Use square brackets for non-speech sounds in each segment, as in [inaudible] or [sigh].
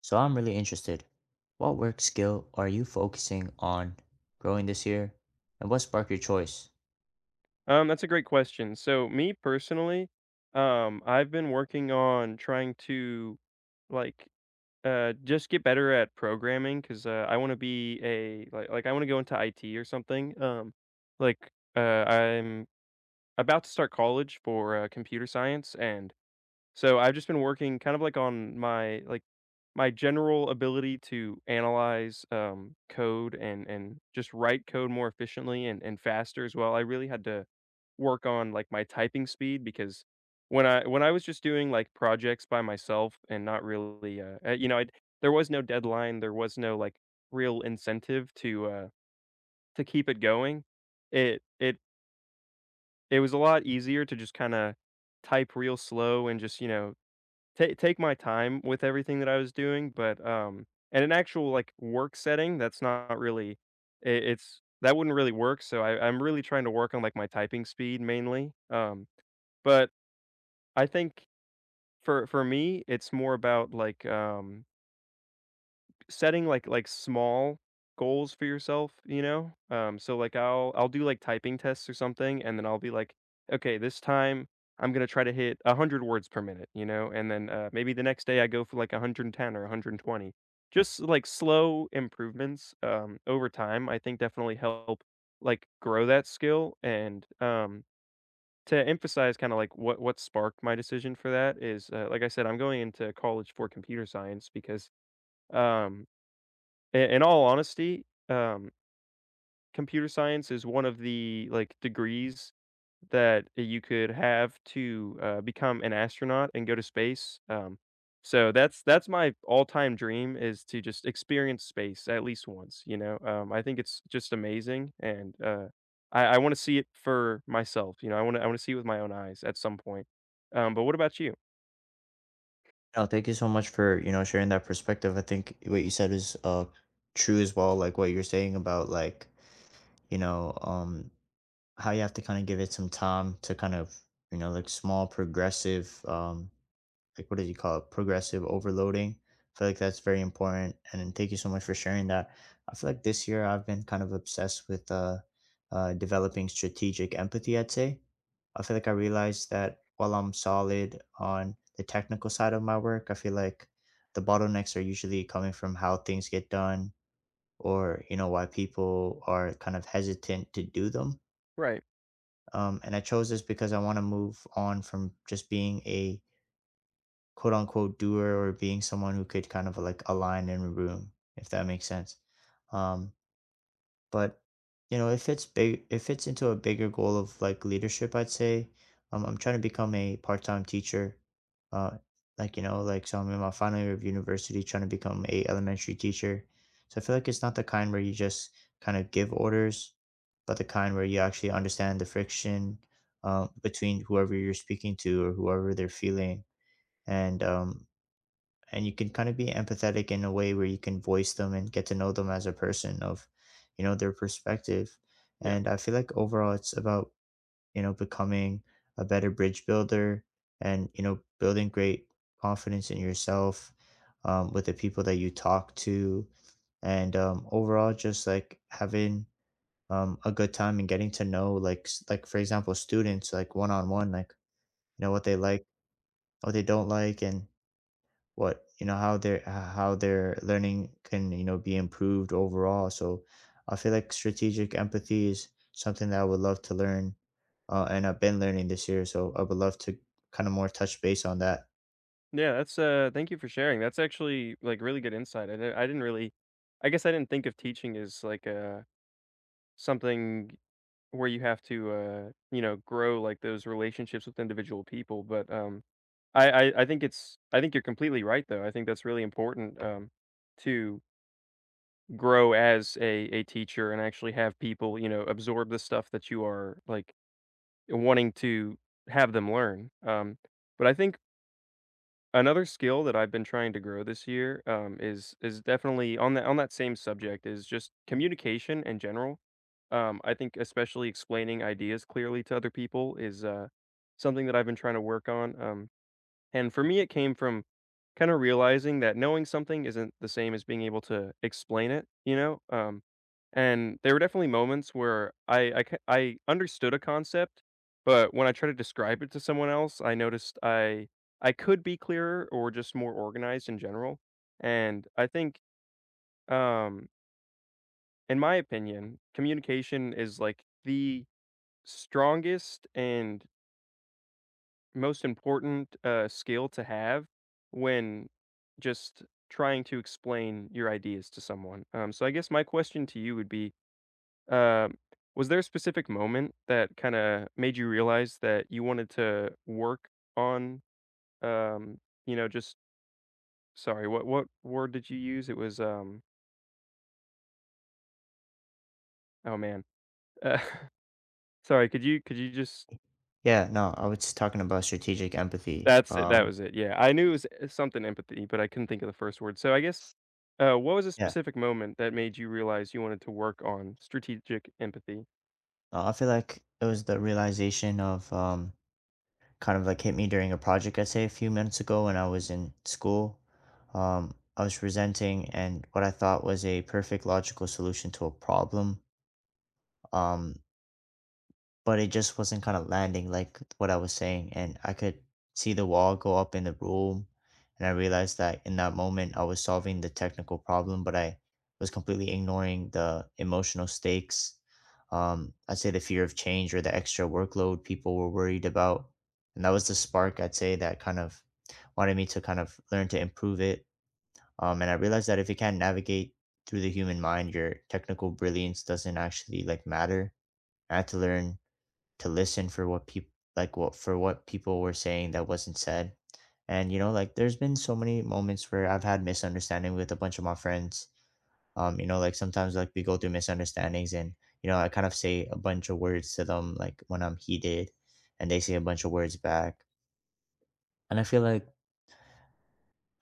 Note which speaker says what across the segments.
Speaker 1: So I'm really interested. What work skill are you focusing on growing this year? And what sparked your choice?
Speaker 2: That's a great question. So me personally, I've been working on trying to like just get better at programming because I want to be a like I want to go into IT or something. I'm about to start college for computer science, and so I've just been working kind of like on my general ability to analyze code and just write code more efficiently and faster as well. I really had to work on like my typing speed because when I was just doing like projects by myself and not really you know, I there was no deadline, there was no like real incentive to keep it going. It it it was a lot easier to just kind of type real slow and just you know take my time with everything that I was doing, but, in an actual, like, work setting, that's not really I it's that wouldn't really work, so I'm really trying to work on, like, my typing speed mainly, but I think for me, it's more about, like, setting like small goals for yourself, you know? So like I'll do like typing tests or something, and then I'll be like, okay, this time I'm gonna try to hit 100 words per minute, you know? And then maybe the next day I go for like 110 or 120. Just like slow improvements over time, I think definitely help like grow that skill. And To emphasize kind of like what sparked my decision for that is, like I said, I'm going into college for computer science because um I in all honesty, computer science is one of the, like, degrees that you could have to, become an astronaut and go to space, so that's my all-time dream, is to just experience space at least once, you know? I think it's just amazing, and, I wanna see it for myself, you know, I wanna see it with my own eyes at some point, but what about you?
Speaker 1: No, thank you so much for, sharing that perspective. I think what you said is true as well, like what you're saying about, like, you know, um how you have to kind of give it some time to kind of, like, small progressive, like, what did you call it, progressive overloading. I feel like that's very important, and thank you so much for sharing that. I feel like this year I've been kind of obsessed with developing strategic empathy, I'd say. I feel like I realized that while I'm solid on the technical side of my work, I feel like the bottlenecks are usually coming from how things get done, or why people are kind of hesitant to do them.
Speaker 2: Right,
Speaker 1: And I chose this because I want to move on from just being a quote unquote doer, or being someone who could kind of like align in a room, if that makes sense. Um, but if it's big, if it's into a bigger goal of like leadership, I'd say. I'm trying to become a part-time teacher. Uh, like, like, so I'm in my final year of university, trying to become a elementary teacher. So I feel like it's not the kind where you just kind of give orders, but the kind where you actually understand the friction between whoever you're speaking to, or whoever they're feeling, and um, and you can kind of be empathetic in a way where you can voice them and get to know them as a person of, their perspective.
Speaker 2: yeah.
Speaker 1: And I feel like overall it's about, becoming a better bridge builder, and building great confidence in yourself, with the people that you talk to, and overall just like having, a good time, and getting to know, like, like, for example, students, like one-on-one, like, what they like, what they don't like, and what, how their learning can, be improved overall. So I feel like strategic empathy is something that I would love to learn, and I've been learning this year, so I would love to kind of more touch base on that.
Speaker 2: Yeah, that's, thank you for sharing. That's actually, like, really good insight. I didn't really, I guess, I didn't think of teaching as, like, something where you have to, you know, grow, like, those relationships with individual people, but, I think it's I think you're completely right, though. I think that's really important, to grow as a teacher and actually have people, you know, absorb the stuff that you are, like, wanting to have them learn, but I think another skill that I've been trying to grow this year, is definitely on that same subject, is just communication in general. I think especially explaining ideas clearly to other people is, something that I've been trying to work on, and for me, it came from kinda realizing that knowing something isn't the same as being able to explain it, you know? And there were definitely moments where I understood a concept, but when I tried to describe it to someone else, I noticed I could be clearer or just more organized in general. And I think, um, in my opinion, communication is, like, the strongest and most important, skill to have when just trying to explain your ideas to someone. So I guess my question to you would be, um, was there a specific moment that kinda made you realize that you wanted to work on, um, you know, just sorry, what word did you use? It was, oh, man. Uh, [laughs] sorry, could you just
Speaker 1: Yeah, no, I was talking about strategic empathy.
Speaker 2: that's it, that was it, yeah. I knew it was, eh, something empathy, but I couldn't think of the first word. So I guess what was a
Speaker 1: Yeah.
Speaker 2: specific moment that made you realize you wanted to work on strategic empathy?
Speaker 1: I feel like it was the realization of, kind of like, hit me during a project I say a few minutes ago when I was in school. I was presenting, and what I thought was a perfect logical solution to a problem, um but it just wasn't kind of landing like what I was saying, and I could see the wall go up in the room. And I realized that in that moment I was solving the technical problem, but I was completely ignoring the emotional stakes. I'd say the fear of change or the extra workload people were worried about. And that was the spark, I'd say, that kind of wanted me to kind of learn to improve it. And I realized that if you can't navigate through the human mind, your technical brilliance doesn't actually like matter. I had to learn to listen for what people were saying that wasn't said. And, you know, like, there's been so many moments where I've had misunderstanding with a bunch of my friends. Like, sometimes, like, we go through misunderstandings, and, I kind of say a bunch of words to them, like, when I'm heated, and they say a bunch of words back. And I feel like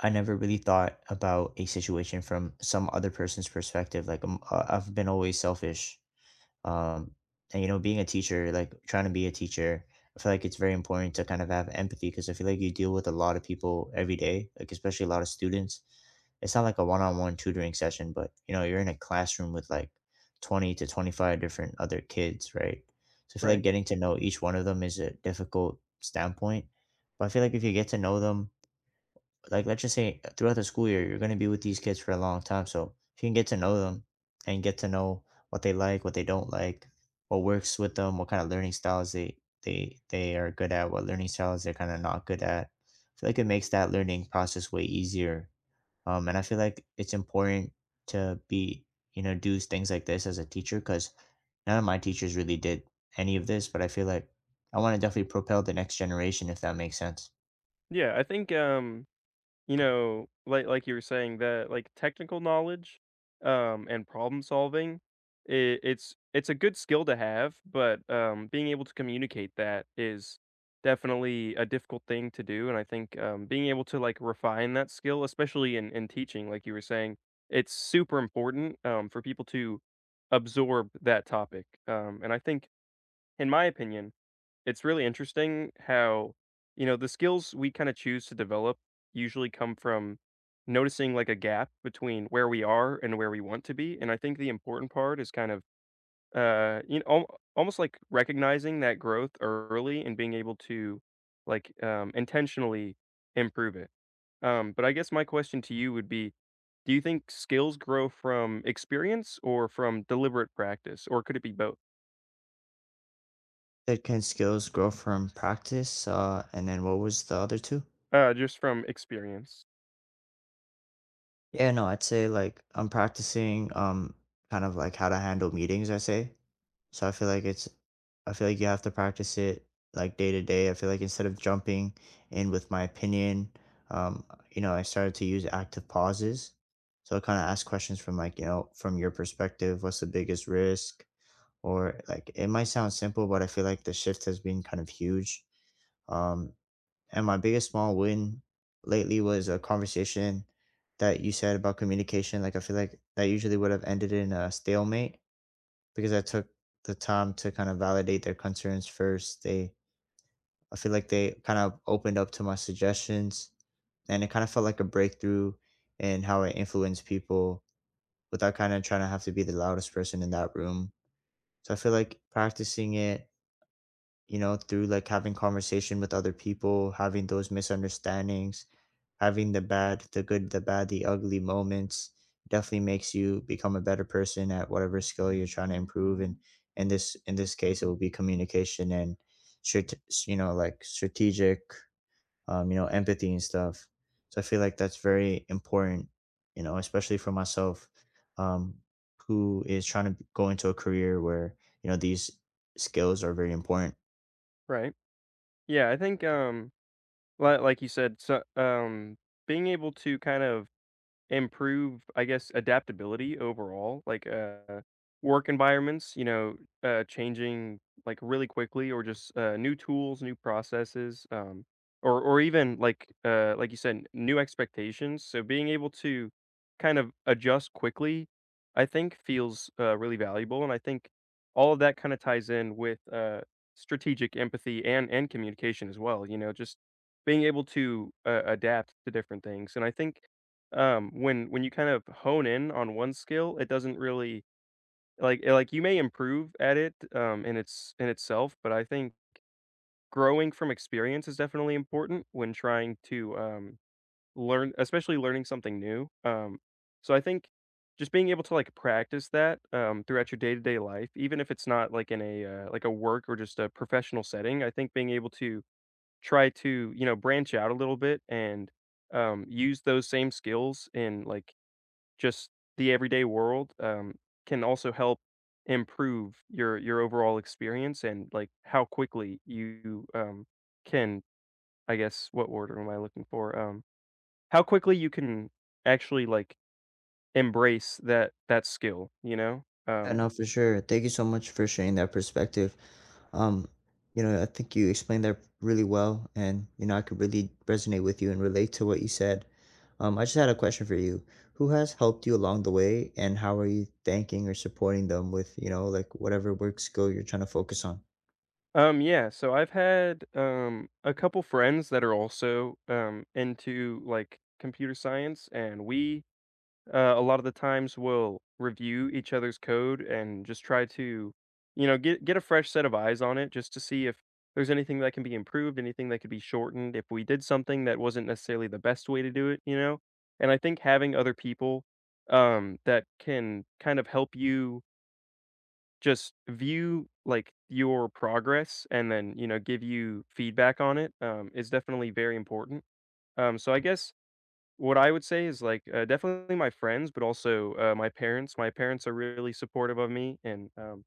Speaker 1: I never really thought about a situation from some other person's perspective. Like, I've been always selfish. Um, and being a teacher, like trying to be a teacher, I feel like it's very important to kind of have empathy because I feel like you deal with a lot of people every day, like especially a lot of students. It's not like a one-on-one tutoring session, but you know, you're in a classroom with like 20 to 25 different other kids, right? So I feel like
Speaker 2: Right.
Speaker 1: getting to know each one of them is a difficult standpoint. But I feel like if you get to know them, like let's just say throughout the school year you're going to be with these kids for a long time, so if you can get to know them and get to know what they like, what they don't like, what works with them, what kind of learning styles they are good at, what learning styles they're kind of not good at, I feel like it makes that learning process way easier. And I feel like it's important to be, do things like this as a teacher, because none of my teachers really did any of this, but I feel like I want to definitely propel the next generation, if that makes sense.
Speaker 2: Yeah, I think you know, like you were saying that like technical knowledge and problem solving, it's a good skill to have, but being able to communicate that is definitely a difficult thing to do, and I think being able to like refine that skill, especially in teaching, like you were saying, it's super important for people to absorb that topic. And I think in my opinion, it's really interesting how, you know, the skills we kind of choose to develop usually come from noticing like a gap between where we are and where we want to be. And I think the important part is kind of, you know, almost like recognizing that growth early and being able to intentionally improve it. But I guess my question to you would be, do you think skills grow from experience or from deliberate practice, or could it be both?
Speaker 1: Said, can skills grow from practice? And then what was the other two?
Speaker 2: Just from experience.
Speaker 1: Yeah, no, I'd say like I'm practicing, kind of like how to handle meetings, I say. So I feel like it's I feel like you have to practice it like day to day. I feel like instead of jumping in with my opinion, um, I started to use active pauses. So I kind of ask questions from like, from your perspective, what's the biggest risk? Or like it might sound simple, but I feel like the shift has been kind of huge. Um, And my biggest small win lately was a conversation that you said about communication. Like, I feel like that usually would have ended in a stalemate because I took the time to kind of validate their concerns first. I feel like they kind of opened up to my suggestions, and it kind of felt like a breakthrough in how I influence people without kind of trying to have to be the loudest person in that room. So I feel like practicing it, through like having conversation with other people, having those misunderstandings, having the bad, the good, the bad, the ugly moments, definitely makes you become a better person at whatever skill you're trying to improve. And in this case, it will be communication and strate- like strategic, empathy and stuff. So I feel like that's very important, especially for myself, um, who is trying to go into a career where these skills are very important.
Speaker 2: Right. Yeah, I think, li like you said, so, being able to kind of improve, I guess, adaptability overall, like, work environments, you know, changing, like, really quickly, or just, new tools, new processes, or even like you said, new expectations. So being able to kind of adjust quickly, I think feels, really valuable, and I think all of that kinda ties in with, strategic empathy and communication as well, you know, just being able to, adapt to different things. And I think when you kind of hone in on one skill, it doesn't really like, you may improve at it in its in itself, but I think growing from experience is definitely important when trying to learn, especially learning something new. So I think just being able to like practice that throughout your day-to-day life, even if it's not like in a like a work or just a professional setting. I think being able to try to, you know, branch out a little bit and use those same skills in like just the everyday world, can also help improve your overall experience and, like, how quickly you, can, I guess, what order am I looking for? How quickly you can actually, like, embrace that skill, you know?
Speaker 1: Yeah, no, for sure. Thank you so much for sharing that perspective. Um, I think you explained that really well, and I could really resonate with you and relate to what you said. I just had a question for you. Who has helped you along the way, and how are you thanking or supporting them with, like whatever work skill you're trying to focus on?
Speaker 2: Yeah, so I've had, a couple friends that are also, into, like, computer science, and we a lot of the times we'll review each other's code and just try to, you know, get a fresh set of eyes on it just to see if there's anything that can be improved, anything that could be shortened, if we did something that wasn't necessarily the best way to do it, you know. And I think having other people that can kind of help you just view like your progress, and then you know, give you feedback on it, is definitely very important. So I guess what I would say is, like, definitely my friends, but also, my parents. My parents are really supportive of me, and,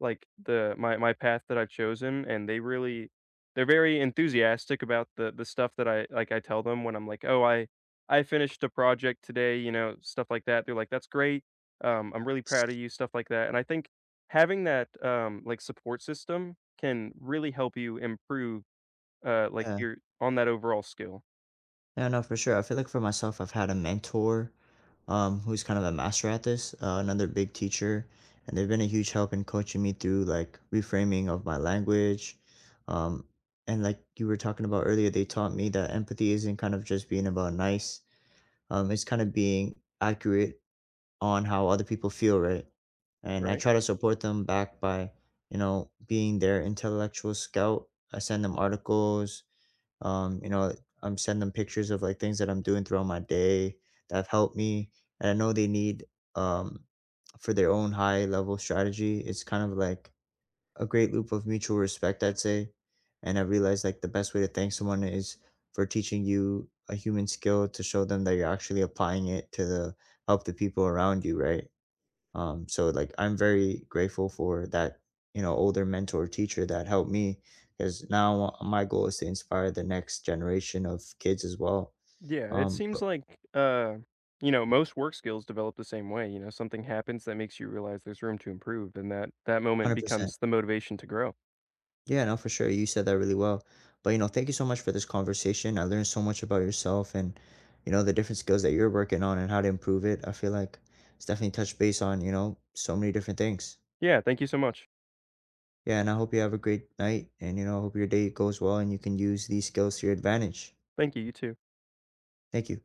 Speaker 2: like, the my path that I've chosen, and they really, they're very enthusiastic about the stuff that I like. I tell them when I'm like, "Oh, I finished a project today," you know, stuff like that. They're like, "That's great. I'm really proud of you," stuff like that, and I think having that, like, support system can really help you improve, like,
Speaker 1: Yeah,
Speaker 2: your on that overall skill,
Speaker 1: yeah, no, for sure. I feel like for myself, I've had a mentor, who's kind of a master at this, another big teacher, and they've been a huge help in coaching me through like reframing of my language. Um, and like you were talking about earlier, they taught me that empathy isn't kind of just being about nice, it's kind of being accurate on how other people feel, right? And I
Speaker 2: right?
Speaker 1: try to support them back by, being their intellectual scout. I send them articles, um, you know, I'm sending them pictures of like things that I'm doing throughout my day that have helped me. And I know they need um for their own high level strategy. It's kind of like a great loop of mutual respect, I'd say. And I realized like the best way to thank someone is for teaching you a human skill to show them that you're actually applying it to the help the people around you, right? So like I'm very grateful for that, older mentor teacher that helped me, because now my goal is to inspire the next generation of kids as well.
Speaker 2: Yeah, it
Speaker 1: But
Speaker 2: seems like you know, most work skills develop the same way, you know, something happens that makes you realize there's room to improve, and that moment
Speaker 1: 100%.
Speaker 2: becomes the motivation to grow.
Speaker 1: Yeah, no, for sure. You said that really well. But, thank you so much for this conversation. I learned so much about yourself, and, the different skills that you're working on and how to improve it. I feel like it's definitely touched base on, so many different things.
Speaker 2: Yeah, thank you so much.
Speaker 1: Yeah, and I hope you have a great night, and, I hope your day goes well and you can use these skills to your advantage.
Speaker 2: Thank you, you too.
Speaker 1: Thank you.